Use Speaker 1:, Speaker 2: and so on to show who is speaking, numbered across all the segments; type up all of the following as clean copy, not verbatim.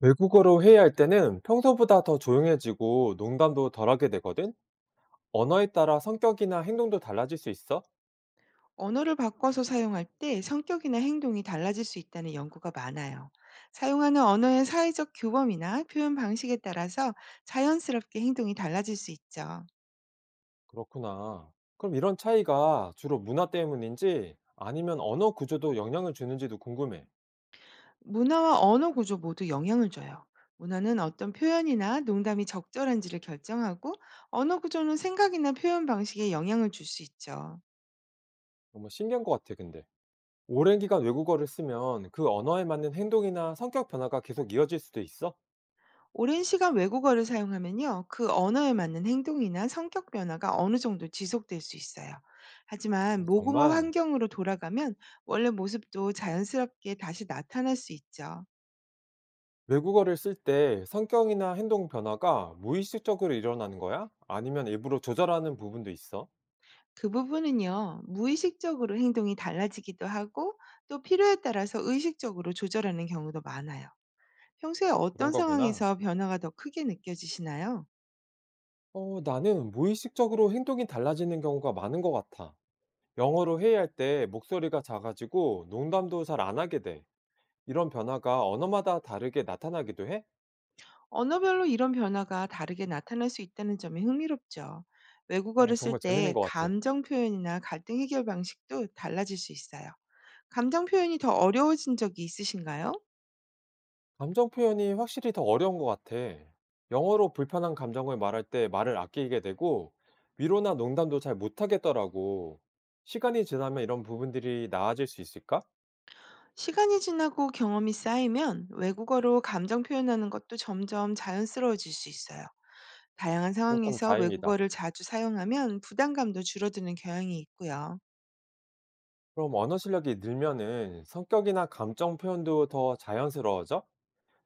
Speaker 1: 외국어로 회의할 때는 평소보다 더 조용해지고 농담도 덜하게 되거든? 언어에 따라 성격이나 행동도 달라질 수 있어?
Speaker 2: 언어를 바꿔서 사용할 때 성격이나 행동이 달라질 수 있다는 연구가 많아요. 사용하는 언어의 사회적 규범이나 표현 방식에 따라서 자연스럽게 행동이 달라질 수 있죠.
Speaker 1: 그렇구나. 그럼 이런 차이가 주로 문화 때문인지 아니면 언어 구조도 영향을 주는지도 궁금해.
Speaker 2: 문화와 언어 구조 모두 영향을 줘요. 문화는 어떤 표현이나 농담이 적절한지를 결정하고 언어 구조는 생각이나 표현 방식에 영향을 줄 수 있죠.
Speaker 1: 너무 신기한 것 같아, 근데. 오랜 기간 외국어를 쓰면 그 언어에 맞는 행동이나 성격 변화가 계속 이어질 수도 있어?
Speaker 2: 오랜 시간 외국어를 사용하면요, 그 언어에 맞는 행동이나 성격 변화가 어느 정도 지속될 수 있어요. 하지만
Speaker 1: 아,
Speaker 2: 모국어
Speaker 1: 정말.
Speaker 2: 환경으로 돌아가면 원래 모습도 자연스럽게 다시 나타날 수 있죠.
Speaker 1: 외국어를 쓸 때 성격이나 행동 변화가 무의식적으로 일어나는 거야? 아니면 일부러 조절하는 부분도 있어?
Speaker 2: 그 부분은요, 무의식적으로 행동이 달라지기도 하고 또 필요에 따라서 의식적으로 조절하는 경우도 많아요. 평소에
Speaker 1: 그런
Speaker 2: 어떤
Speaker 1: 거구나.
Speaker 2: 상황에서 변화가 더 크게 느껴지시나요?
Speaker 1: 어, 나는 무의식적으로 행동이 달라지는 경우가 많은 것 같아. 영어로 회의할 때 목소리가 작아지고 농담도 잘 안 하게 돼. 이런 변화가 언어마다 다르게 나타나기도 해?
Speaker 2: 언어별로 이런 변화가 다르게 나타날 수 있다는 점이 흥미롭죠.
Speaker 1: 어,
Speaker 2: 외국어를 쓸
Speaker 1: 정말 재밌는
Speaker 2: 때
Speaker 1: 것 같아.
Speaker 2: 감정 표현이나 갈등 해결 방식도 달라질 수 있어요. 감정 표현이 더 어려워진 적이 있으신가요?
Speaker 1: 감정 표현이 확실히 더 어려운 것 같아. 영어로 불편한 감정을 말할 때 말을 아끼게 되고 위로나 농담도 잘 못하겠더라고. 시간이 지나면 이런 부분들이 나아질 수 있을까?
Speaker 2: 시간이 지나고 경험이 쌓이면 외국어로 감정 표현하는 것도 점점 자연스러워질 수 있어요. 다양한
Speaker 1: 그렇다면
Speaker 2: 상황에서
Speaker 1: 다행이다.
Speaker 2: 외국어를 자주 사용하면 부담감도 줄어드는 경향이 있고요.
Speaker 1: 그럼 언어 실력이 늘면은 성격이나 감정 표현도 더 자연스러워져?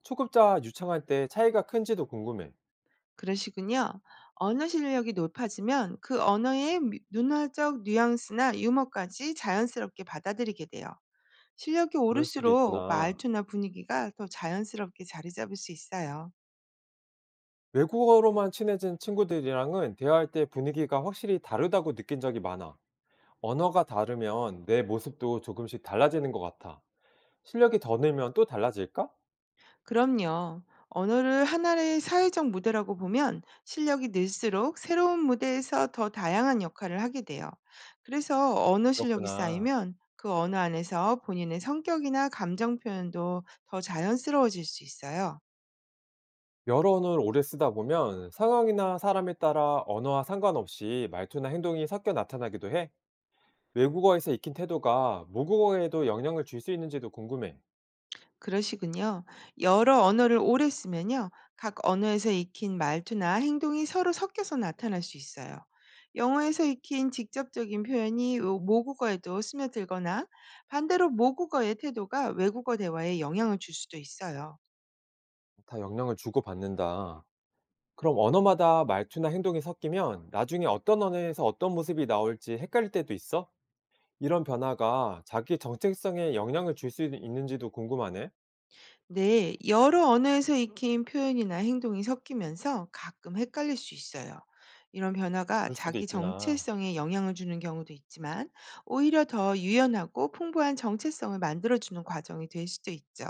Speaker 1: 초급자 유창할 때 차이가 큰지도 궁금해.
Speaker 2: 그러시군요. 언어 실력이 높아지면 그 언어의 문화적 뉘앙스나 유머까지 자연스럽게 받아들이게 돼요. 실력이
Speaker 1: 그럴 수도
Speaker 2: 오를수록
Speaker 1: 있구나.
Speaker 2: 말투나 분위기가 더 자연스럽게 자리 잡을 수 있어요.
Speaker 1: 외국어로만 친해진 친구들이랑은 대화할 때 분위기가 확실히 다르다고 느낀 적이 많아. 언어가 다르면 내 모습도 조금씩 달라지는 것 같아. 실력이 더 늘면 또 달라질까?
Speaker 2: 그럼요. 언어를 하나의 사회적 무대라고 보면 실력이 늘수록 새로운 무대에서 더 다양한 역할을 하게 돼요. 그래서 언어 실력이
Speaker 1: 그렇구나.
Speaker 2: 쌓이면 그 언어 안에서 본인의 성격이나 감정 표현도 더 자연스러워질 수 있어요.
Speaker 1: 여러 언어를 오래 쓰다 보면 상황이나 사람에 따라 언어와 상관없이 말투나 행동이 섞여 나타나기도 해. 외국어에서 익힌 태도가 모국어에도 영향을 줄 수 있는지도 궁금해.
Speaker 2: 그러시군요. 여러 언어를 오래 쓰면요. 각 언어에서 익힌 말투나 행동이 서로 섞여서 나타날 수 있어요. 영어에서 익힌 직접적인 표현이 모국어에도 스며들거나 반대로 모국어의 태도가 외국어 대화에 영향을 줄 수도 있어요.
Speaker 1: 다 영향을 주고받는다. 그럼 언어마다 말투나 행동이 섞이면 나중에 어떤 언어에서 어떤 모습이 나올지 헷갈릴 때도 있어? 이런 변화가 자기 정체성에 영향을 줄 수 있는지도 궁금하네.
Speaker 2: 네, 여러 언어에서 익힌 표현이나 행동이 섞이면서 가끔 헷갈릴 수 있어요. 이런 변화가
Speaker 1: 그럴 수도
Speaker 2: 자기
Speaker 1: 있구나.
Speaker 2: 정체성에 영향을 주는 경우도 있지만, 오히려 더 유연하고 풍부한 정체성을 만들어주는 과정이 될 수도 있죠.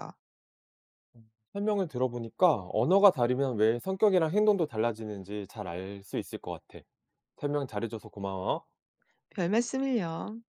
Speaker 1: 설명을 들어보니까 언어가 다르면 왜 성격이랑 행동도 달라지는지 잘 알 수 있을 것 같아. 설명 잘해줘서 고마워.
Speaker 2: 별 말씀을요.